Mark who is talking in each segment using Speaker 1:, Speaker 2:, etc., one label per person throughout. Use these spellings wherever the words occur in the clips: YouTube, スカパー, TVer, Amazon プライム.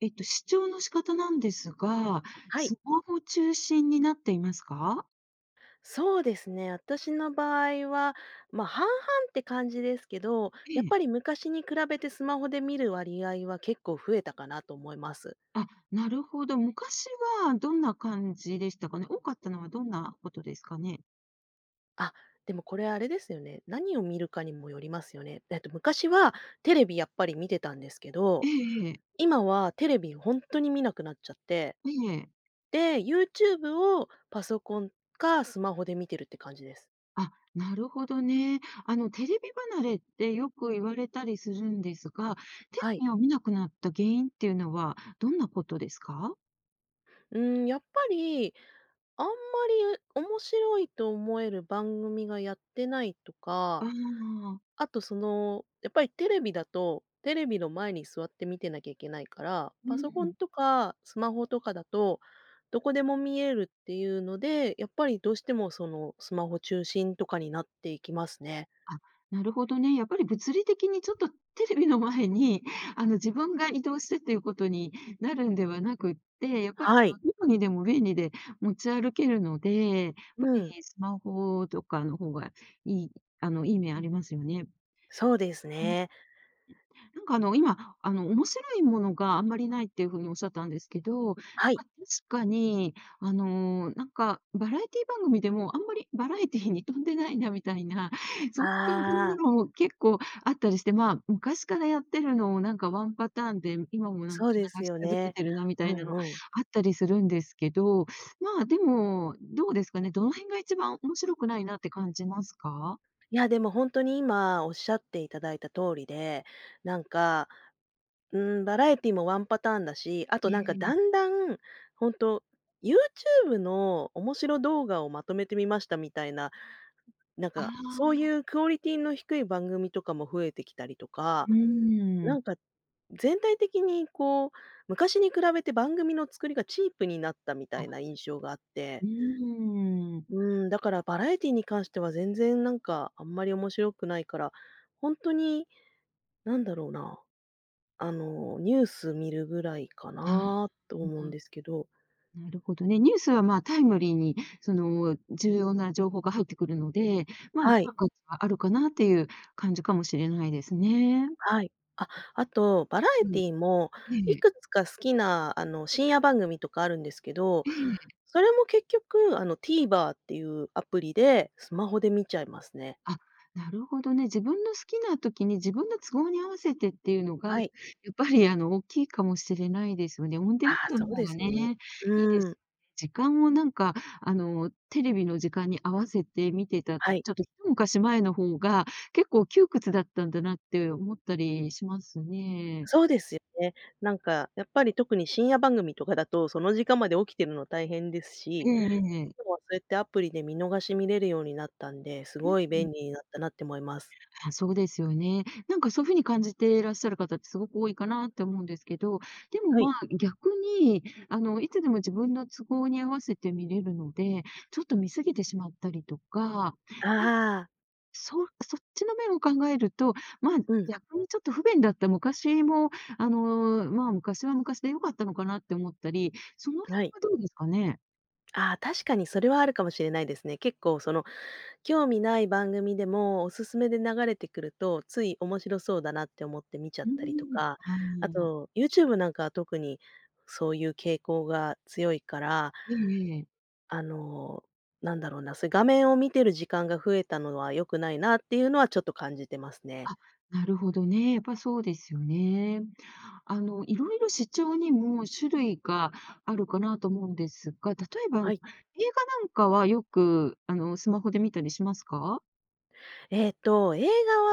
Speaker 1: 視聴の仕方なんですが、
Speaker 2: はい、
Speaker 1: スマホ中心になっていますか？
Speaker 2: そうですね。私の場合は、半々って感じですけど、
Speaker 1: え
Speaker 2: やっ
Speaker 1: え。
Speaker 2: ぱり昔に比べてスマホで見る割合は結構増えたかなと思います。
Speaker 1: あ、なるほど。昔はどんな感じでしたかね？多かったのはどんなことですかね？
Speaker 2: あ、でもこれあれですよね、何を見るかにもよりますよね。昔はテレビやっぱり見てたんですけ
Speaker 1: え
Speaker 2: ど、
Speaker 1: えええ。
Speaker 2: 今はテレビ本当に見なくなっちゃって、
Speaker 1: ええ。
Speaker 2: で、YouTube をパソコンかスマホで見てるって感じです。
Speaker 1: あ、なるほどね。あの、テレビ離れってよく言われたりするんですが、テ
Speaker 2: は
Speaker 1: レ
Speaker 2: い。
Speaker 1: ビを見なくなった原因っていうのはどんなことですか？
Speaker 2: うん、やっぱりあんまり面白いと思える番組がやってないと
Speaker 1: あ
Speaker 2: か、
Speaker 1: あー、
Speaker 2: あとその、やっぱりテレビだと、テレビの前に座って見てなきゃいけないから、
Speaker 1: う
Speaker 2: パソコン
Speaker 1: ん。
Speaker 2: とかスマホとかだと、どこでも見えるっていうので、やっぱりどうしてもそのスマホ中心とかになっていきますね。
Speaker 1: あ、なるほどね。やっぱり物理的にちょっとテレビの前に、あの、自分が移動してっていうことになるんではなくって、やっぱり
Speaker 2: は
Speaker 1: そ
Speaker 2: い。
Speaker 1: のどこにでも便利で持ち歩けるので、やっぱ
Speaker 2: う
Speaker 1: り
Speaker 2: ん。
Speaker 1: スマホとかの方がいいいい面ありますよね。
Speaker 2: そうですね。
Speaker 1: なんかあの、今、あの、面白いものがあんまりないっていうふうにおっしゃったんですけど、ま
Speaker 2: はい。
Speaker 1: あ、確かに、あの、なんかバラエティ番組でもあんまりバラエティに飛んでないなみたいな、そんな感じの
Speaker 2: ああ、
Speaker 1: ものも結構あったりして、まあ、昔からやってるのをなんかワンパターンで、今もなんか
Speaker 2: そうで
Speaker 1: 流
Speaker 2: す
Speaker 1: し
Speaker 2: よ
Speaker 1: 続け
Speaker 2: ね。
Speaker 1: てるなみた
Speaker 2: う
Speaker 1: いなのあ
Speaker 2: んうん。
Speaker 1: ったりするんですけど、まあ、でも、どうですかね、どの辺が一番面白くないなって感じますか？
Speaker 2: いや、でも本当に今おっしゃっていただいた通りで、なんかうーん、バラエティもワンパターンだし、あ
Speaker 1: え
Speaker 2: となんか
Speaker 1: え。
Speaker 2: だんだん、ほんと、YouTube の面白動画をまとめてみましたみたいな、なん
Speaker 1: あ
Speaker 2: かそうい
Speaker 1: あ
Speaker 2: うクオリティの低い番組とかも増えてきたりと
Speaker 1: ー、
Speaker 2: か、
Speaker 1: うー
Speaker 2: な
Speaker 1: ん。
Speaker 2: んか全体的にこう、昔に比べて番組の作りがチープになったみたいな印象があっ
Speaker 1: う
Speaker 2: て、
Speaker 1: ーん。
Speaker 2: うーん、だからバラエティに関しては全然なんかあんまり面白くないから、ほんとに、なんだろうなあの、ニュース見るぐらいか
Speaker 1: あ
Speaker 2: なと思うん
Speaker 1: あ、
Speaker 2: ですけど。
Speaker 1: なるほどね。ニュースは、まあ、タイムリーに、その、重要な情報が入ってくるので、まあ、
Speaker 2: はい、
Speaker 1: 今価値はあるかなっていう感じかもしれないですね。
Speaker 2: はい。あ、あと、バラエ
Speaker 1: う
Speaker 2: テ
Speaker 1: ん、
Speaker 2: ィも
Speaker 1: え
Speaker 2: い
Speaker 1: え、
Speaker 2: くつか好きな、あの、深夜番組とかあるんですけど、
Speaker 1: ええ。
Speaker 2: それも結局、あの、TVer っていうアプリで、スマホで見ちゃいますね。
Speaker 1: あ、なるほどね。自分の好きな時に自分の都合に合わせてっていうのが、や
Speaker 2: はい。
Speaker 1: っぱりあの大きいかもしれないですよね。オンデ
Speaker 2: あ
Speaker 1: マン
Speaker 2: あ、
Speaker 1: ド
Speaker 2: そ
Speaker 1: の
Speaker 2: う
Speaker 1: 方
Speaker 2: で
Speaker 1: が
Speaker 2: すよね。
Speaker 1: ね、いいで
Speaker 2: うーん、
Speaker 1: す。時間をなんかあのテレビの時間に合わせて見てた、ち
Speaker 2: はい。
Speaker 1: ょっと一昔前の方が結構窮屈だったんだなって思ったりしますね。
Speaker 2: そうですよね。なんか、やっぱり特に深夜番組とかだと、その時間まで起きてるの大変です
Speaker 1: え
Speaker 2: し、
Speaker 1: えええ。
Speaker 2: 今はそうやってアプリで見逃し見れるようになったんで、す
Speaker 1: う
Speaker 2: ごい
Speaker 1: ん。
Speaker 2: 便利になったなって思います。
Speaker 1: あ、そうですよね。なんかそういうふうに感じていらっしゃる方ってすごく多いかなって思うんですけど、でも
Speaker 2: はい。
Speaker 1: まあ、逆に、あの、いつでも自分の都合に合わせて見れるので、ちょっと見過ぎてしまったりとか、なん
Speaker 2: ああ、
Speaker 1: そそっちの面を考えると、まあ、
Speaker 2: うん、
Speaker 1: 逆にちょっと不便だった昔も、あの、まあ、昔は昔で良かったのかなって思ったり、その辺
Speaker 2: はい。
Speaker 1: はどうですかね？
Speaker 2: ああ、確かにそれはあるかもしれないですね。結構その、興味ない番組でもおすすめで流れてくると、つい面白そうだなって思って見ちゃ
Speaker 1: う
Speaker 2: っ
Speaker 1: ー
Speaker 2: たりと
Speaker 1: ん、
Speaker 2: か、
Speaker 1: あ
Speaker 2: あ
Speaker 1: の
Speaker 2: と、YouTube なんかは特にそういう傾向が強いから、
Speaker 1: ええ。
Speaker 2: あの、なんだろうな、そういう画面を見てる時間が増えたのは良くないなっていうのはちょっと感じてますね。
Speaker 1: あ、なるほどね。やっぱそうですよね。あの、いろいろ視聴にも種類があるかなと思うんですが、例えば、映画
Speaker 2: はい。
Speaker 1: なんかはよく、あの、スマホで見たりしますか？
Speaker 2: 映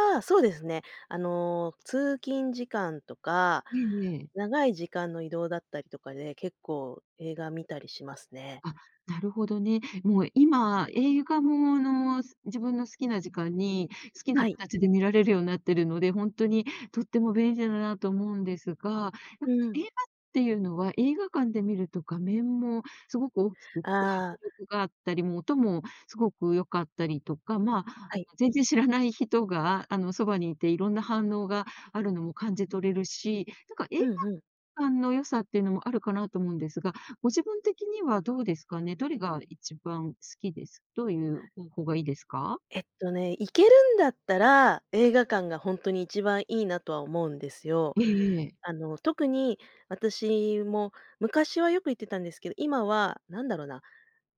Speaker 2: 画はそうですね、あの、通勤時間とか、
Speaker 1: ええええ。
Speaker 2: 長い時間の移動だったりとかで、結構映画見たりしますね。
Speaker 1: あ、なるほどね。もう今、映画もの、自分の好きな時間に、好きな
Speaker 2: はい。
Speaker 1: 形で見られるようになってるので、ほんとにとっても便利だなと思うんですが、なんか
Speaker 2: う
Speaker 1: 映
Speaker 2: ん、
Speaker 1: 画っていうのは、映画館で見ると画面もすごく大きくって、迫
Speaker 2: ああ、
Speaker 1: 力があったり、もう音もすごく良かったりとか、まあ、
Speaker 2: はい。
Speaker 1: 全然知らない人が、あの、そばにいていろんな反応があるのも感じ取れるし、なんか映
Speaker 2: う
Speaker 1: 画
Speaker 2: んうん。
Speaker 1: 感の良さっていうのもあるかなと思うんですが、ご自分的にはどうですかね？どれが一番好きですどういう方法がいいですか？
Speaker 2: えっとね、行けるんだったら、映画館がほんとに一番いいなとは思うんですよ。
Speaker 1: ええええ。
Speaker 2: あの、特に私も昔はよく行ってたんですけど、今は何だろうな、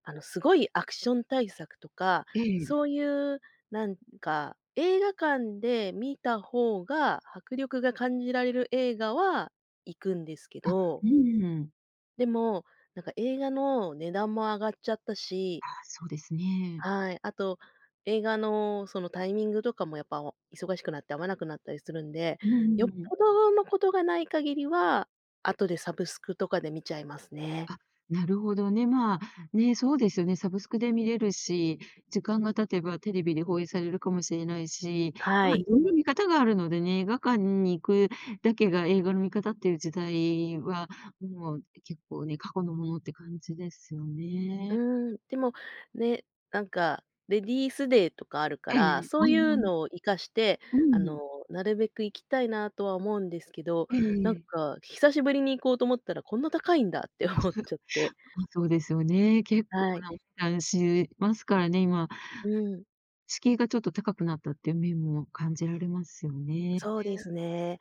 Speaker 2: あの、すごいアクション大作とか、そういうなんか、映画館で見た方が迫力が感じられる映画は行くんですけ
Speaker 1: あ、
Speaker 2: ど、
Speaker 1: うん。
Speaker 2: でも、なんか映画の値段も上がっちゃったし、
Speaker 1: あそうですね。
Speaker 2: はい。あと、映画のそのタイミングとかもやっぱ忙しくなって合わなくなったりするんで、
Speaker 1: うんうん
Speaker 2: よっ
Speaker 1: う
Speaker 2: ぽ
Speaker 1: ん
Speaker 2: どのことがない限りは、後でサブスクとかで見ちゃいますね。
Speaker 1: あ、なるほどね。まあ、ね、そうですよね。サブスクで見れるし、時間が経てばテレビで放映されるかもしれないし、
Speaker 2: は
Speaker 1: まあ、い
Speaker 2: い。
Speaker 1: ろんな見方があるのでね、映画館に行くだけが映画の見方っていう時代は、もう結構ね、過去のものって感じですよね。
Speaker 2: うーん、でも、ね、なんか、レディースデーとかあるか
Speaker 1: え
Speaker 2: ら、
Speaker 1: え、
Speaker 2: そ
Speaker 1: あ
Speaker 2: ういうのを
Speaker 1: あ、
Speaker 2: 活かして、
Speaker 1: う
Speaker 2: あの、
Speaker 1: ん、
Speaker 2: なるべく行きたいなとは思うんですけど、
Speaker 1: え
Speaker 2: なん
Speaker 1: え。
Speaker 2: か、久しぶりに行こうと思ったらこんな高いんだって思っちゃって。
Speaker 1: あ、そうですよね。結
Speaker 2: は
Speaker 1: 構
Speaker 2: い。
Speaker 1: なお値段しますからね、今。
Speaker 2: うん。
Speaker 1: 敷居がちょっと高くなったっていう面も感じられますよね。
Speaker 2: そうですね。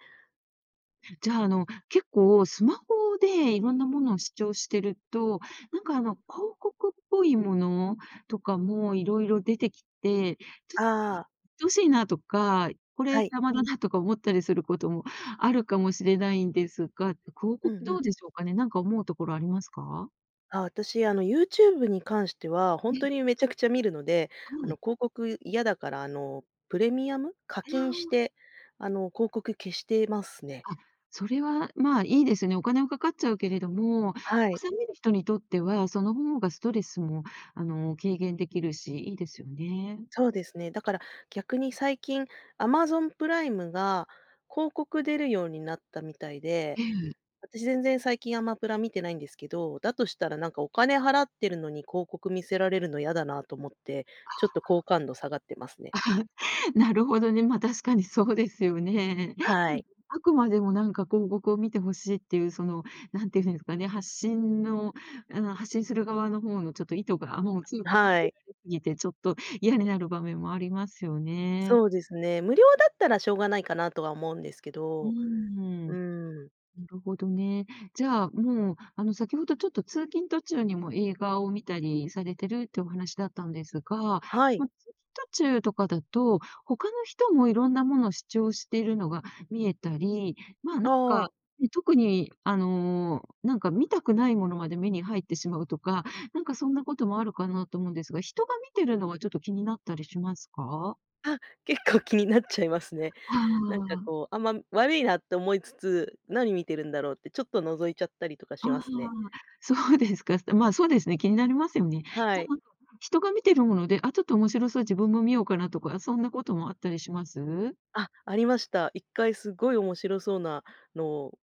Speaker 1: じゃあ、あの、結構スマホでいろんなものを視聴してると、なんかあの、広告っぽいものとかもいろいろ出てきて、ちょっと
Speaker 2: あ
Speaker 1: 鬱
Speaker 2: あ、
Speaker 1: 陶しいなとか、これ
Speaker 2: はい。
Speaker 1: 邪魔だなとか思ったりすることもあるかもしれないんですが、広
Speaker 2: う
Speaker 1: 告
Speaker 2: んう
Speaker 1: ど
Speaker 2: ん。
Speaker 1: うでしょうかね？なんか思うところありますか？
Speaker 2: あ、私、あの、YouTube に関しては、ほん
Speaker 1: え、
Speaker 2: とにめちゃくちゃ見るので、あ
Speaker 1: は
Speaker 2: の、
Speaker 1: い。
Speaker 2: 広告嫌だから、あの、プレミアム？課
Speaker 1: あ
Speaker 2: 金し
Speaker 1: あ。
Speaker 2: て、あの、広告消してますね。
Speaker 1: あ、それは、まあ、いいですね。お金はかかっちゃうけれども、
Speaker 2: はい、
Speaker 1: 納める人にとっては、その方がストレスも、あの、軽減できるし、いいですよね。
Speaker 2: そうですね。だから逆に最近、Amazon プライムが広告出るようになったみたいで、
Speaker 1: ええ。
Speaker 2: 私全然最近アマプラ見てないんですけど、だとしたらなんかお金払ってるのに広告見せられるの嫌だなと思って、ちょっと好感度下がってますね。
Speaker 1: なるほどね。ま、確かにそうですよね。
Speaker 2: はい。
Speaker 1: あくまでもなんか広告を見てほしいっていう、その、なんていうんですかね、発信の、あの、発信する側の方のちょっと意図が、もう強く感
Speaker 2: は
Speaker 1: じら
Speaker 2: い。
Speaker 1: れすぎて、ちょっと嫌になる場面もありますよね。
Speaker 2: そうですね。無料だったらしょうがないかなとは思うんですけ
Speaker 1: う
Speaker 2: ど、
Speaker 1: ん。
Speaker 2: うん、
Speaker 1: なるほどね。じゃあ、もう、あの、先ほどちょっと通勤途中にも映画を見たりされてるってお話だったんですが、まあ、
Speaker 2: はい。
Speaker 1: 通勤途中とかだと、他の人もいろんなものを主張しているのが見えたり、まあ、なん
Speaker 2: あ
Speaker 1: か、
Speaker 2: あ、
Speaker 1: ね、特に、あの、なんか見たくないものまで目に入ってしまうとか、なんかそんなこともあるかなと思うんですが、人が見てるのはちょっと気になったりしますか？
Speaker 2: あ、結構気になっちゃいますね。
Speaker 1: あ
Speaker 2: なんか
Speaker 1: あー。
Speaker 2: こう、あんま悪いなって思いつつ、何見てるんだろうってちょっと覗いちゃったりとか
Speaker 1: あ
Speaker 2: し
Speaker 1: あ、
Speaker 2: ますね。
Speaker 1: そうですか。まあ、そうですね、気になりますよね。
Speaker 2: は
Speaker 1: じゃあ、
Speaker 2: い。
Speaker 1: なんか、人が見てるもので、あ、ちょっと面白そう、自分も見ようかなとか、そんなこともあったりします？
Speaker 2: あ、ありました。一回すごい面白そうなのを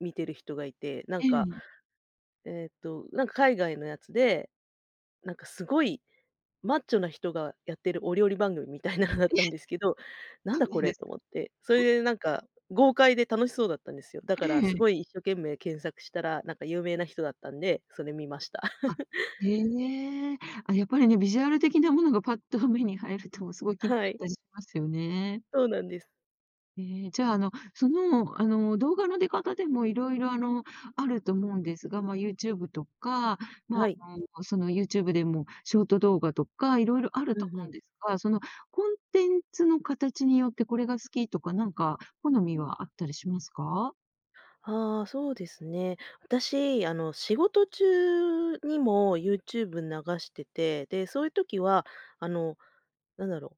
Speaker 2: 見てる人がいて、なん
Speaker 1: え
Speaker 2: か、
Speaker 1: え。
Speaker 2: なんか海外のやつで、なんかすごいマッチョな人がやってるお料理番組みたいなのだったんですけど、なん
Speaker 1: あ、
Speaker 2: だ
Speaker 1: な
Speaker 2: こ
Speaker 1: い
Speaker 2: れ
Speaker 1: です
Speaker 2: と思っ
Speaker 1: か。
Speaker 2: て、それでなんか豪快で楽しそうだったんですよ。だか
Speaker 1: え
Speaker 2: らすごい
Speaker 1: え。
Speaker 2: 一生懸命検索したら、なんか有名な人だったんで、それ見ました。
Speaker 1: あ、へえ。あ、やっぱりね、ビジュアル的なものがパッと目に入ると、すごい気に
Speaker 2: は
Speaker 1: なっ
Speaker 2: い、
Speaker 1: たりしますよね。
Speaker 2: そうなんです。
Speaker 1: ええ、じゃあ、あの、その、あの、動画の出方でも色々、あの、あると思うんですが、まあ、YouTube とか、ま
Speaker 2: は
Speaker 1: あ、
Speaker 2: い。
Speaker 1: あの、その YouTube でもショート動画とか色々ある
Speaker 2: う
Speaker 1: と
Speaker 2: んう
Speaker 1: 思うんで
Speaker 2: ん。
Speaker 1: すが、そのコンテンツの形によってこれが好きとか、なんか好みはあったりしますか？
Speaker 2: ああ、そうですね。私、あの、仕事中にも YouTube 流してて、で、そういう時は、あの、なんだろ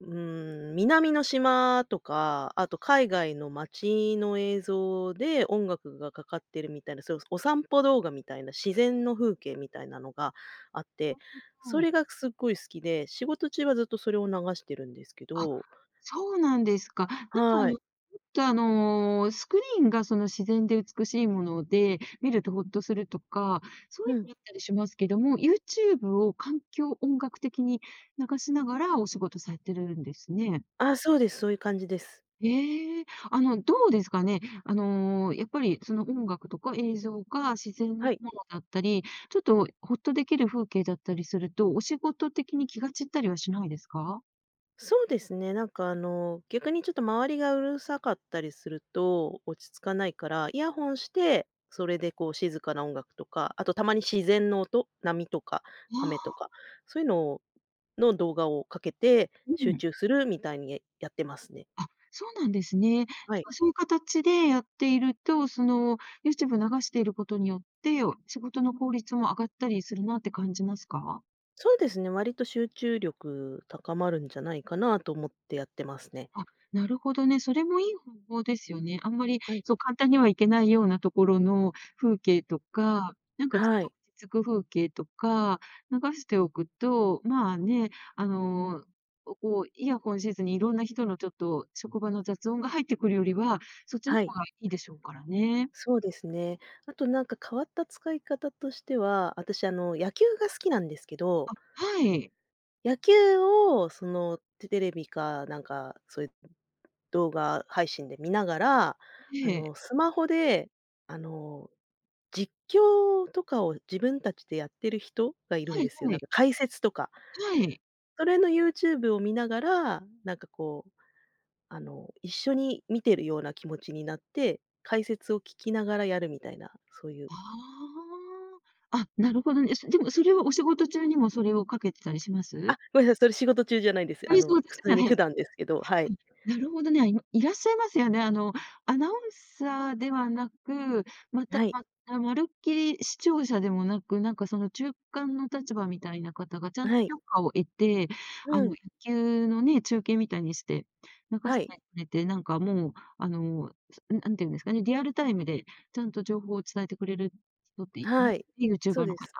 Speaker 2: ううーん、南の島とか、あと海外の街の映像で音楽がかかってるみたいな、そう、お散歩動画みたいな、自然の風景みたいなのがあって、そ
Speaker 1: うん。
Speaker 2: れがすっごい好きで、仕事中はずっとそれを流してるんですけど、
Speaker 1: そうなんですか。なんかあ
Speaker 2: は
Speaker 1: の、
Speaker 2: い。
Speaker 1: ちょっとあの、スクリーンがその自然で美しいもので、見るとほっとするとか、そう
Speaker 2: う
Speaker 1: いう
Speaker 2: ん。
Speaker 1: のあったりしますけども、YouTube を環境音楽的に流しながらお仕事されてるんですね。
Speaker 2: あ、そうです、そういう感じです。
Speaker 1: ええ、あの、どうですかね。あの、やっぱりその音楽とか映像が自然なも
Speaker 2: はい。
Speaker 1: のだったり、ちょっとほっとできる風景だったりすると、お仕事的に気が散ったりはしないですか？
Speaker 2: そうですね。なんかあの、逆にちょっと周りがうるさかったりすると、落ち着かないから、イヤホンして、それでこう静かな音楽とか、あとたまに自然の音、波とか雨と
Speaker 1: あ
Speaker 2: か、そういうのの動画をかけて
Speaker 1: あー、う
Speaker 2: 集
Speaker 1: ん。
Speaker 2: 中するみたいにやってますね。
Speaker 1: あ、そうなんですね。
Speaker 2: はい。
Speaker 1: まそういう形でやっていると、その、YouTube 流していることによって、仕事の効率も上がったりするなって感じますか？
Speaker 2: そうですね、割と集中力高まるんじゃないかなと思ってやってますね。
Speaker 1: あ、なるほどね。それもいい方法ですよね。あんまり、
Speaker 2: はい。
Speaker 1: そう、簡単には行けないようなところの風景とか、なんかちょ
Speaker 2: は
Speaker 1: っと
Speaker 2: い。
Speaker 1: 落ち着く風景とか流しておくと、まあね、あの、こう、イヤホンせずにいろんな人のちょっと職場の雑音が入ってくるよりは、そっちの
Speaker 2: は
Speaker 1: 方
Speaker 2: い。
Speaker 1: がいいでしょうからね。
Speaker 2: そうですね。あとなんか変わった使い方としては、私あの野球が好きなんですけど、
Speaker 1: はい。
Speaker 2: 野球をその、テレビかなんか、そういう動画配信で見ながら、あ
Speaker 1: ええ。
Speaker 2: の、スマホで、あの、実況とかを自分たちでやってる人がいるん
Speaker 1: はい
Speaker 2: ですよ。
Speaker 1: は
Speaker 2: なん
Speaker 1: い。
Speaker 2: か解説とか。
Speaker 1: はい。
Speaker 2: それの YouTube を見ながら、なんかこう、あの、一緒に見てるような気持ちになって、解説を聞きながらやるみたいな、そういう。
Speaker 1: ああ。あ、なるほどね。でもそれはお仕事中にもそれをかけてたりします？
Speaker 2: あ、ごめんなさい、それ仕事中じゃないです。あ
Speaker 1: ええ、
Speaker 2: の、
Speaker 1: そうです。
Speaker 2: 普通
Speaker 1: は
Speaker 2: に
Speaker 1: い。あ、
Speaker 2: 普段ですけど、はい。
Speaker 1: なるほどね。あ、いらっしゃいますよね。アナウンサーではなく、また、
Speaker 2: はい、
Speaker 1: まあ、まるっきり視聴者でもなく、なんかその中間の立場みたいな方がちゃんと
Speaker 2: はい。
Speaker 1: 許可を得て、
Speaker 2: うん、
Speaker 1: 野球のね、中継みたいにして流
Speaker 2: は
Speaker 1: し
Speaker 2: い。
Speaker 1: てくれて、なんかもう、なんていうんですかね、リアルタイムでちゃんと情報を伝えてくれる人ってい
Speaker 2: は
Speaker 1: ます
Speaker 2: い、
Speaker 1: ね、ユーチュー
Speaker 2: そ
Speaker 1: バ
Speaker 2: う
Speaker 1: ーの
Speaker 2: で
Speaker 1: 方。
Speaker 2: す。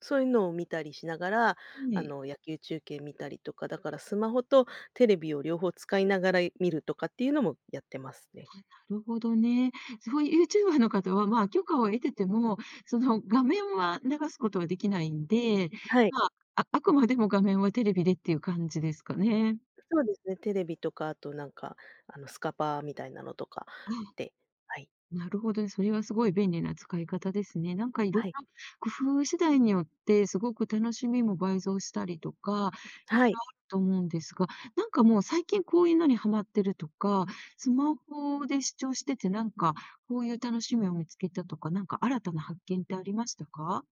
Speaker 2: そういうのを見たりしながら、
Speaker 1: は
Speaker 2: あ
Speaker 1: い。
Speaker 2: の、野球中継見たりとか、だからスマホとテレビを両方使いながら見るとかっていうのもやってますね。
Speaker 1: なるほどね。そういうユーチューバーの方は、まあ、許可を得てても、その画面は流すことはできないんで、
Speaker 2: はい、
Speaker 1: まあ、ああくまでも画面はテレビでっていう感じですかね。
Speaker 2: そうですね、テレビとか、あとなんか、あの、スカパーみたいなのとか
Speaker 1: あ、
Speaker 2: で、はい、
Speaker 1: なるほどね。それはすごい便利な使い方ですね。なんかいろん
Speaker 2: はい、
Speaker 1: な工夫次第によって、すごく楽しみも倍増したりとか、いろ
Speaker 2: は
Speaker 1: いろ
Speaker 2: い。
Speaker 1: あると思うんですが、なんかもう最近こういうのにハマってるとか、スマホで視聴しててなんか、こういう楽しみを見つけたとか、なんか新たな発見ってありましたか？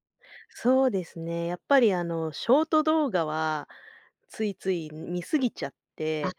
Speaker 2: そうですね、やっぱりあの、ショート動画はついつい見すぎちゃっ
Speaker 1: あ、
Speaker 2: て、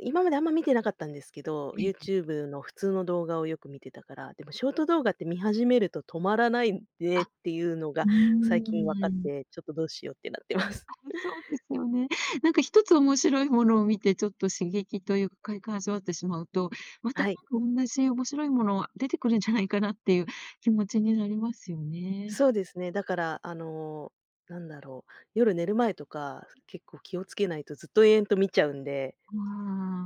Speaker 2: 今まであんま見てなかったんですけど、
Speaker 1: ええ、
Speaker 2: YouTube の普通の動画をよく見てたから、でもショート動画って見始めると止まらないんで
Speaker 1: あ、
Speaker 2: っていうの
Speaker 1: う
Speaker 2: が
Speaker 1: ー
Speaker 2: 最近分かっ
Speaker 1: ん。
Speaker 2: て、ちょっとどうしようってなってます。
Speaker 1: そうですよね。なんか一つ面白いものを見て、ちょっと刺激というか、快感を味わってしまうと、また
Speaker 2: は
Speaker 1: な
Speaker 2: い。
Speaker 1: んか同じ面白いものが出てくるんじゃないかなっていう気持ちになりますよね。
Speaker 2: そうですね。だから、あの、なんだろう、夜寝る前とか、結構気をつけないとずっと延々と見ちゃうんで、
Speaker 1: あ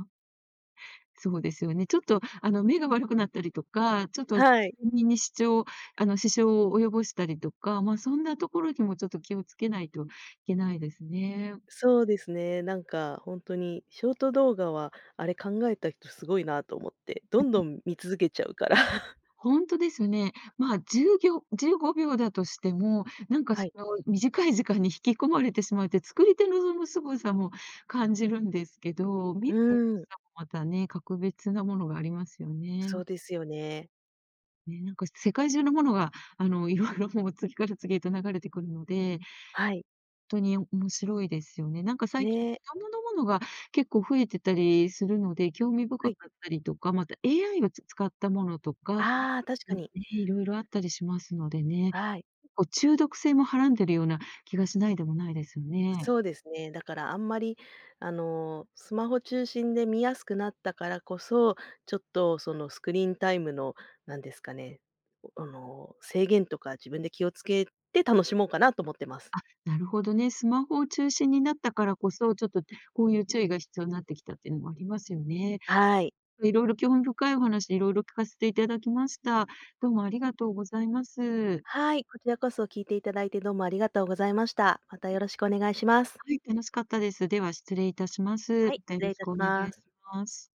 Speaker 1: あ、そうですよね。ちょっと目が悪くなったりとか、ちょっと睡
Speaker 2: はい。
Speaker 1: 眠に支障を及ぼしたりとか、まあそんなところにもちょっと気をつけないといけないですね。
Speaker 2: そうですね。なんか本当にショート動画は、あれ考えた人すごいなと思って、どんどん見続けちゃうから。
Speaker 1: 本当ですね。まあ、10秒15秒だとしても、なんか
Speaker 2: は
Speaker 1: そ
Speaker 2: い。
Speaker 1: の短い時間に引き込まれてしまって、作り手のその凄さも感じるんですけど、
Speaker 2: う
Speaker 1: 見る楽し
Speaker 2: ん、
Speaker 1: さもまたね、格別なものがありますよね。
Speaker 2: そうですよね。
Speaker 1: ね、なんか世界中のものが、色々もう次から次へと流れてくるので、
Speaker 2: はい。
Speaker 1: とに面白いですよね。なんか最近子
Speaker 2: ね。
Speaker 1: 供のものが結構増えてたりするので、興味
Speaker 2: は
Speaker 1: 深
Speaker 2: い。
Speaker 1: かったりとか、また AI を使ったものとか、
Speaker 2: ああ、確か
Speaker 1: ね、
Speaker 2: に。
Speaker 1: いろいろあったりしますのでね、
Speaker 2: はい。
Speaker 1: こう中毒性もはらんでるような気がしないでもないですよね。
Speaker 2: そうですね。だからあんまり、あの、スマホ中心で見やすくなったからこそ、ちょっとそのスクリーンタイムの、なんですかね、あの、制限とか自分で気をつけて楽しもうかなと思ってます。
Speaker 1: なるほどね、スマホを中心になったからこそ、ちょっとこういう注意が必要になってきたっていうのもありますよね。
Speaker 2: はい。
Speaker 1: いろいろ興味深いお話、いろいろ聞かせていただきました。どうもありがとうございます。
Speaker 2: はい、こちらこそ聞いていただいてどうもありがとうございました。またよろしくお願いします。
Speaker 1: はい、楽しかったです。では失礼いたします。
Speaker 2: は
Speaker 1: ま
Speaker 2: い、
Speaker 1: た
Speaker 2: 失
Speaker 1: よろ
Speaker 2: 礼い
Speaker 1: し
Speaker 2: た
Speaker 1: く
Speaker 2: し
Speaker 1: お願い
Speaker 2: ま
Speaker 1: し
Speaker 2: す。
Speaker 1: ます。